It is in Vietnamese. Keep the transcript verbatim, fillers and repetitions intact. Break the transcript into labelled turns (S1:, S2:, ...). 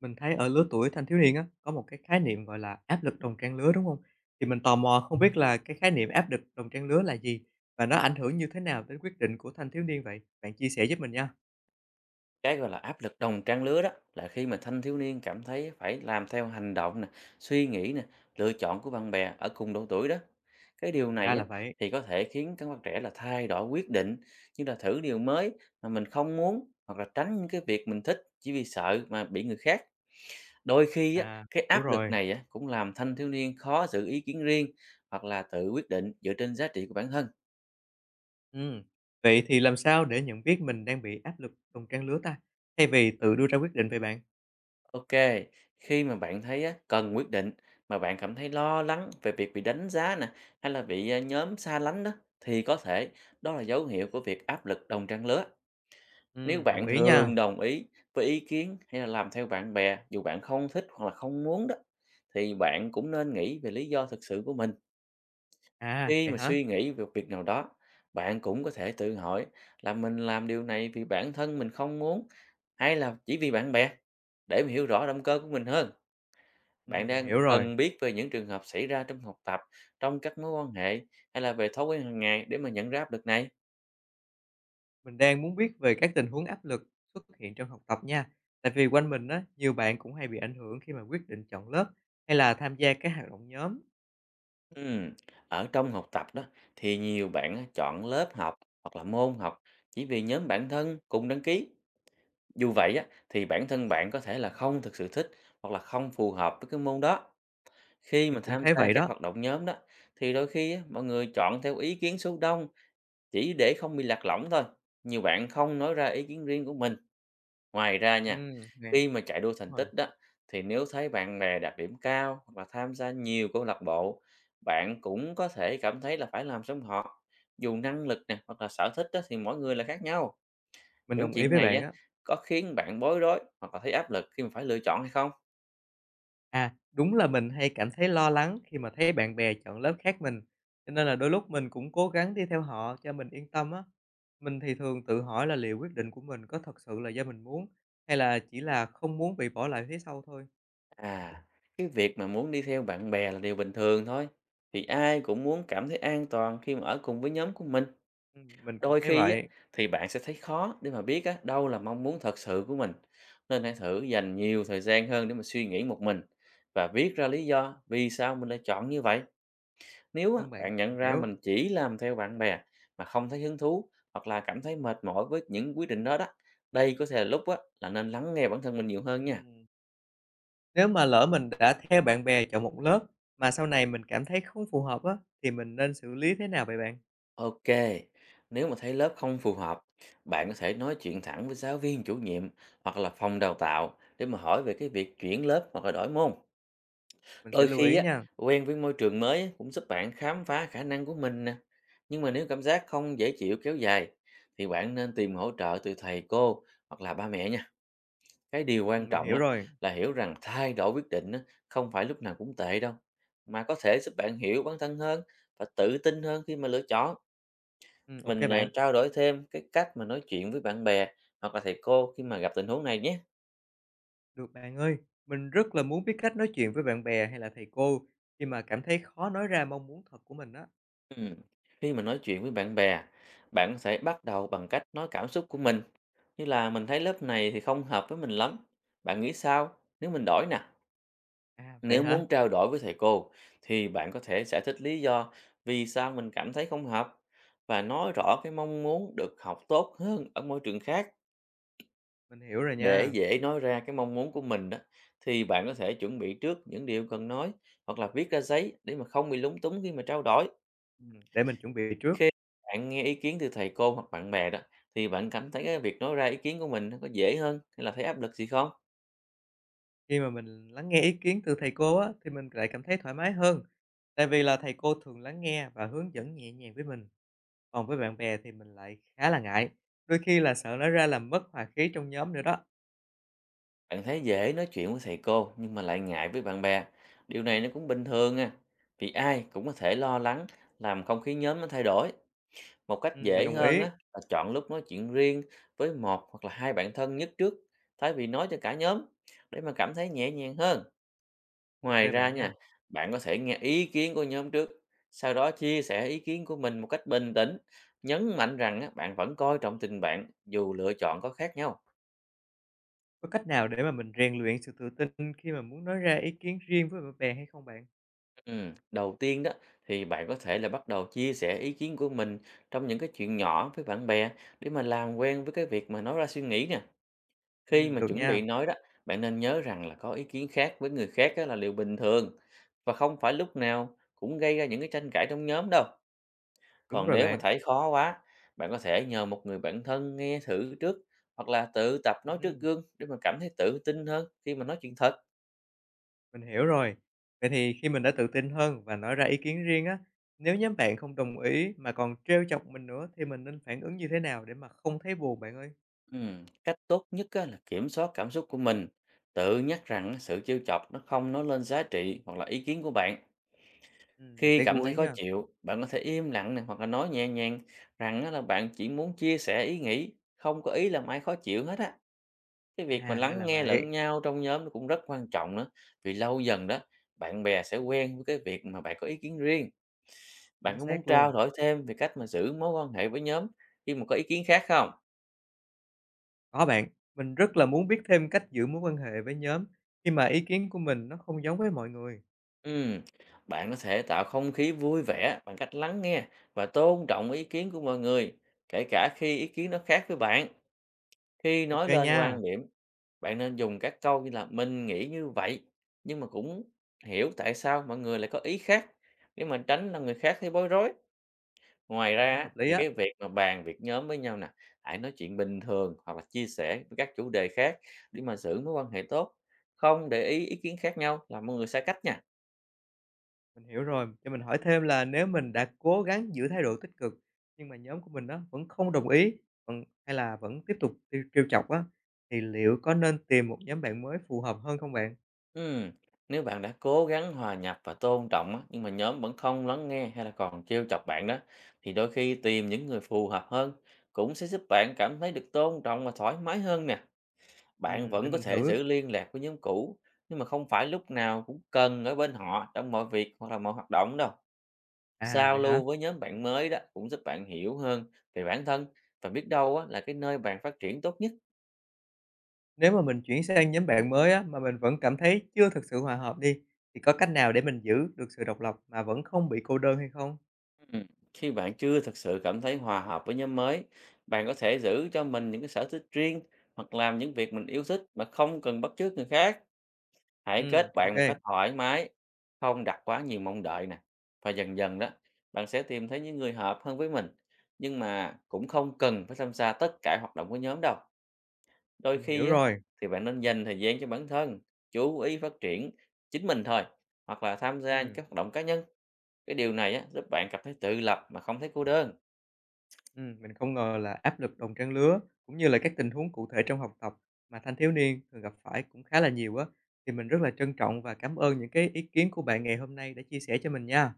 S1: Mình thấy ở lứa tuổi thanh thiếu niên á, có một cái khái niệm, gọi là, áp lực đồng trang lứa, đúng không? Thì mình tò mò không biết là cái khái niệm áp lực đồng trang lứa là gì? Và nó ảnh hưởng như thế nào đến quyết định của thanh thiếu niên vậy? Bạn chia sẻ giúp mình nha.
S2: Cái gọi là áp lực đồng trang lứa đó là khi mà thanh thiếu niên cảm thấy phải làm theo hành động nè, suy nghĩ nè, lựa chọn của bạn bè ở cùng độ tuổi đó. Cái điều
S1: Ừm,
S2: này
S1: ra
S2: á,
S1: là vậy.
S2: thì có thể khiến các bạn trẻ là thay đổi quyết định như là thử điều mới mà mình không muốn hoặc là tránh những cái việc mình thích chỉ vì sợ mà bị người khác. Đôi khi á,
S1: À,
S2: cái
S1: hiểu
S2: áp lực
S1: rồi.
S2: này á, cũng làm thanh thiếu niên khó giữ ý kiến riêng hoặc là tự quyết định dựa trên giá trị của bản thân.
S1: Ừm, vậy thì làm sao để nhận biết mình đang bị áp lực đồng trang lứa ta, thay vì tự đưa ra quyết định về bạn?
S2: Ok, khi mà bạn thấy á, cần quyết định mà bạn cảm thấy lo lắng về việc bị đánh giá nè hay là bị à, nhóm xa lánh đó thì có thể đó là dấu hiệu của việc áp lực đồng trang lứa. Nếu
S1: Ừm, đồng
S2: bạn
S1: ý
S2: thường
S1: nha.
S2: đồng ý với ý kiến hay là làm theo bạn bè dù bạn không thích hoặc là không muốn đó, thì bạn cũng nên nghĩ về lý do thực sự của mình.
S1: À,
S2: Khi
S1: vậy
S2: mà
S1: hả?
S2: suy nghĩ về việc nào đó, bạn cũng có thể tự hỏi là mình làm điều này vì bản thân mình không muốn hay là chỉ vì bạn bè, để mà hiểu rõ động cơ của mình hơn. Bạn
S1: Ừm, mình
S2: đang
S1: hiểu rồi.
S2: cần biết về những trường hợp xảy ra trong học tập, trong các mối quan hệ hay là về thói quen hàng ngày để mà nhận ra áp lực này.
S1: Mình đang muốn biết về các tình huống áp lực xuất hiện trong học tập nha. Tại vì quanh mình á, nhiều bạn cũng hay bị ảnh hưởng khi mà quyết định chọn lớp hay là tham gia các hoạt động nhóm.
S2: Ừm, Ở trong học tập đó thì nhiều bạn á, chọn lớp học hoặc là môn học chỉ vì nhóm bạn thân cùng đăng ký. Dù vậy á, thì bản thân bạn có thể là
S1: Ừm,
S2: không thực sự thích hoặc là không phù hợp với cái môn đó. Khi mà
S1: Mình cũng
S2: tham
S1: thấy
S2: gia
S1: vậy
S2: các
S1: đó.
S2: hoạt động nhóm đó thì đôi khi á, mọi người chọn theo ý kiến số đông chỉ để không bị lạc lõng thôi. Nhiều bạn không nói ra ý kiến riêng của mình Ngoài ra
S1: Ừ,
S2: nha,
S1: nè,
S2: khi mà chạy đua thành
S1: đúng rồi.
S2: tích đó, thì nếu thấy bạn bè đạt điểm cao hoặc là tham gia nhiều câu lạc bộ, bạn cũng có thể cảm thấy là phải làm giống họ. Dù năng lực nè hoặc là sở thích đó, thì mỗi người là khác nhau.
S1: Mình
S2: Những
S1: đồng ý
S2: chuyện
S1: với
S2: này
S1: bạn
S2: á,
S1: á.
S2: có khiến bạn bối rối hoặc là thấy áp lực khi mà phải lựa chọn hay không?
S1: À, đúng là mình hay cảm thấy lo lắng khi mà thấy bạn bè chọn lớp khác mình. Cho nên là đôi lúc mình cũng cố gắng đi theo họ cho mình yên tâm á. Mình thì thường tự hỏi là liệu quyết định của mình có thật sự là do mình muốn hay là chỉ là không muốn bị bỏ lại phía sau thôi.
S2: À, cái việc mà muốn đi theo bạn bè là điều bình thường thôi. Thì ai cũng muốn cảm thấy an toàn khi mà ở cùng với nhóm của mình.
S1: Ừm, Mình cũng
S2: Đôi
S1: thấy
S2: khi á,
S1: vậy.
S2: thì bạn sẽ thấy khó để mà biết á, đâu là mong muốn thật sự của mình, nên hãy thử dành nhiều thời gian hơn để mà suy nghĩ một mình và viết ra lý do vì sao mình lại chọn như vậy. Nếu á,
S1: Vâng bạn,
S2: bạn nhận
S1: mình
S2: ra
S1: hiểu.
S2: mình chỉ làm theo bạn bè mà không thấy hứng thú hoặc là cảm thấy mệt mỏi với những quyết định đó đó, đây có thể là lúc á, là nên lắng nghe bản thân mình nhiều hơn nha.
S1: Ừm, nếu mà lỡ mình đã theo bạn bè chọn một lớp mà sau này mình cảm thấy không phù hợp á, thì mình nên xử lý thế nào vậy bạn?
S2: Ok, nếu mà thấy lớp không phù hợp, bạn có thể nói chuyện thẳng với giáo viên chủ nhiệm hoặc là phòng đào tạo để mà hỏi về cái việc chuyển lớp hoặc là đổi môn.
S1: Mình
S2: Đôi
S1: sẽ lưu
S2: khi
S1: ý
S2: á,
S1: nha.
S2: quen với môi trường mới á, cũng giúp bạn khám phá khả năng của mình nè. Nhưng mà nếu cảm giác không dễ chịu kéo dài thì bạn nên tìm hỗ trợ từ thầy cô hoặc là ba mẹ nha. Cái điều quan
S1: Ừm, mình
S2: trọng
S1: hiểu
S2: á,
S1: rồi.
S2: là hiểu rằng thay đổi quyết định á, không phải lúc nào cũng tệ đâu. Mà có thể giúp bạn hiểu bản thân hơn và tự tin hơn khi mà lựa chọn.
S1: Ừm, ô
S2: Mình à,
S1: bạn.
S2: trao đổi thêm cái cách mà nói chuyện với bạn bè hoặc là thầy cô khi mà gặp tình huống này nhé.
S1: Được bạn ơi, mình rất là muốn biết cách nói chuyện với bạn bè hay là thầy cô khi mà cảm thấy khó nói ra mong muốn thật của mình á.
S2: Ừm, Khi mà nói chuyện với bạn bè, bạn có thể bắt đầu bằng cách nói cảm xúc của mình. Như là mình thấy lớp này thì không hợp với mình lắm. Bạn nghĩ sao nếu mình đổi nè?
S1: À, vậy
S2: Nếu
S1: hả?
S2: muốn trao đổi với thầy cô thì bạn có thể giải thích lý do vì sao mình cảm thấy không hợp và nói rõ cái mong muốn được học tốt hơn ở môi trường khác,
S1: Mình hiểu rồi
S2: để
S1: nha.
S2: dễ nói ra cái mong muốn của mình đó. Thì bạn có thể chuẩn bị trước những điều cần nói hoặc là viết ra giấy để mà không bị lúng túng khi mà trao đổi.
S1: Ừm, để mình chuẩn bị trước.
S2: Khi bạn nghe ý kiến từ thầy cô hoặc bạn bè đó, thì bạn cảm thấy cái việc nói ra ý kiến của mình nó có dễ hơn hay là thấy áp lực gì không?
S1: Khi mà mình lắng nghe ý kiến từ thầy cô á, thì mình lại cảm thấy thoải mái hơn, tại vì là thầy cô thường lắng nghe và hướng dẫn nhẹ nhàng với mình. Còn với bạn bè thì mình lại khá là ngại, đôi khi là sợ nói ra làm mất hòa khí trong nhóm nữa đó.
S2: Bạn thấy dễ nói chuyện với thầy cô nhưng mà lại ngại với bạn bè. Điều này nó cũng bình thường à. Vì ai cũng có thể lo lắng làm không khí nhóm nó thay đổi. Một cách
S1: Ừm, mình
S2: dễ
S1: đồng
S2: hơn á,
S1: ý.
S2: là chọn lúc nói chuyện riêng với một hoặc là hai bạn thân nhất trước, thay vì nói cho cả nhóm, để mà cảm thấy nhẹ nhàng hơn.
S1: Ok
S2: Ngoài ra
S1: bạn
S2: nha,
S1: nha.
S2: bạn có thể nghe ý kiến của nhóm trước, sau đó chia sẻ ý kiến của mình một cách bình tĩnh, nhấn mạnh rằng á, bạn vẫn coi trọng tình bạn dù lựa chọn có khác nhau.
S1: Có cách nào để mà mình rèn luyện sự tự tin khi mà muốn nói ra ý kiến riêng với bạn bè hay không bạn?
S2: Ừm, Đầu tiên đó thì bạn có thể là bắt đầu chia sẻ ý kiến của mình trong những cái chuyện nhỏ với bạn bè, để mà làm quen với cái việc mà nói ra suy nghĩ nè. Khi
S1: Ừm,
S2: mà
S1: được
S2: chuẩn
S1: nha.
S2: bị nói đó, bạn nên nhớ rằng là có ý kiến khác với người khác á, là điều bình thường và không phải lúc nào cũng gây ra những cái tranh cãi trong nhóm đâu.
S1: Đúng
S2: Còn
S1: rồi
S2: nếu mà
S1: bạn.
S2: thấy khó quá, bạn có thể nhờ một người bạn thân nghe thử trước hoặc là tự tập nói trước
S1: Ừm,
S2: gương, để mà cảm thấy tự tin hơn khi mà nói chuyện thật.
S1: mình hiểu rồi. Vậy thì khi mình đã tự tin hơn và nói ra ý kiến riêng á, nếu nhóm bạn không đồng ý mà còn trêu chọc mình nữa thì mình nên phản ứng như thế nào để mà không thấy buồn bạn ơi?
S2: Ừm, Cách tốt nhất á, là kiểm soát cảm xúc của mình, tự nhắc rằng sự trêu chọc nó không nói lên giá trị hoặc là ý kiến của bạn.
S1: Ừm, mình
S2: Khi
S1: sẽ
S2: cảm
S1: lưu
S2: thấy
S1: ý
S2: khó
S1: nha.
S2: chịu, bạn có thể im lặng này, hoặc là nói nhẹ nhàng rằng á, là bạn chỉ muốn chia sẻ ý nghĩ, không có ý làm ai khó chịu hết á. Cái việc mà
S1: À, ra
S2: lắng
S1: là
S2: nghe lẫn
S1: vậy,
S2: nhau trong nhóm nó cũng rất quan trọng nữa. Vì lâu dần đó, bạn bè sẽ quen với cái việc mà bạn có ý kiến riêng.
S1: chính
S2: Bạn có muốn
S1: xác
S2: trao
S1: luôn.
S2: đổi thêm về cách mà giữ mối quan hệ với nhóm khi mà có ý kiến khác không?
S1: Có bạn, mình rất là muốn biết thêm cách giữ mối quan hệ với nhóm khi mà ý kiến của mình nó không giống với mọi người.
S2: Ừm, Bạn có thể tạo không khí vui vẻ bằng cách lắng nghe và tôn trọng ý kiến của mọi người, kể cả khi ý kiến nó khác với bạn. Khi
S1: Ok
S2: nói lên quan
S1: nha,
S2: điểm, bạn nên dùng các câu như là mình nghĩ như vậy, nhưng mà cũng hiểu tại sao mọi người lại có ý khác, để mà tránh là người khác thấy bối rối. Ngoài
S1: mình
S2: ra
S1: thấy
S2: á,
S1: hợp lý
S2: thì
S1: á.
S2: cái việc mà bàn việc nhóm với nhau nè, hãy nói chuyện bình thường hoặc là chia sẻ với các chủ đề khác để mà giữ mối quan hệ tốt, không để ý ý kiến khác nhau là mọi người xa cách nha.
S1: Mình hiểu rồi. Cho mình hỏi thêm là nếu mình đã cố gắng giữ thái độ tích cực nhưng mà nhóm của mình đó vẫn không đồng ý, còn hay là vẫn tiếp tục trêu trêu chọc á, thì liệu có nên tìm một nhóm bạn mới phù hợp hơn không bạn?
S2: Ừm, Nếu bạn đã cố gắng hòa nhập và tôn trọng á, nhưng mà nhóm vẫn không lắng nghe hay là còn trêu chọc bạn đó, thì đôi khi tìm những người phù hợp hơn cũng sẽ giúp bạn cảm thấy được tôn trọng và thoải mái hơn nè. Bạn
S1: Ừm, để
S2: vẫn có
S1: mình
S2: thể
S1: thử.
S2: giữ liên lạc với nhóm cũ, nhưng mà không phải lúc nào cũng cần ở bên họ trong mọi việc hoặc là mọi hoạt động đâu.
S1: À,
S2: Giao
S1: vậy hả?
S2: lưu với nhóm bạn mới đó cũng giúp bạn hiểu hơn về bản thân và biết đâu á, là cái nơi bạn phát triển tốt nhất.
S1: Nếu mà mình chuyển sang nhóm bạn mới á, mà mình vẫn cảm thấy chưa thực sự hòa hợp đi, thì có cách nào để mình giữ được sự độc lập mà vẫn không bị cô đơn hay không?
S2: Ừ. Khi bạn chưa thực sự cảm thấy hòa hợp với nhóm mới, bạn có thể giữ cho mình những cái sở thích riêng hoặc làm những việc mình yêu thích mà không cần bắt chước người khác. Hãy
S1: Ừm,
S2: kết
S1: OK,
S2: bạn một cách thoải mái, không đặt quá nhiều mong đợi nè. Và dần dần đó, bạn sẽ tìm thấy những người hợp hơn với mình. Nhưng mà cũng không cần phải tham gia tất cả hoạt động của nhóm đâu. Đôi
S1: mình hiểu
S2: khi á,
S1: rồi.
S2: thì bạn nên dành thời gian cho bản thân, chú ý phát triển chính mình thôi, hoặc là tham gia
S1: Ừm.
S2: các hoạt động cá nhân. Cái điều này á, giúp bạn cảm thấy tự lập mà không thấy cô đơn.
S1: Ừm, mình không ngờ là áp lực đồng trang lứa cũng như là các tình huống cụ thể trong học tập mà thanh thiếu niên thường gặp phải cũng khá là nhiều á. Thì mình rất là trân trọng và cảm ơn những cái ý kiến của bạn ngày hôm nay đã chia sẻ cho mình nha.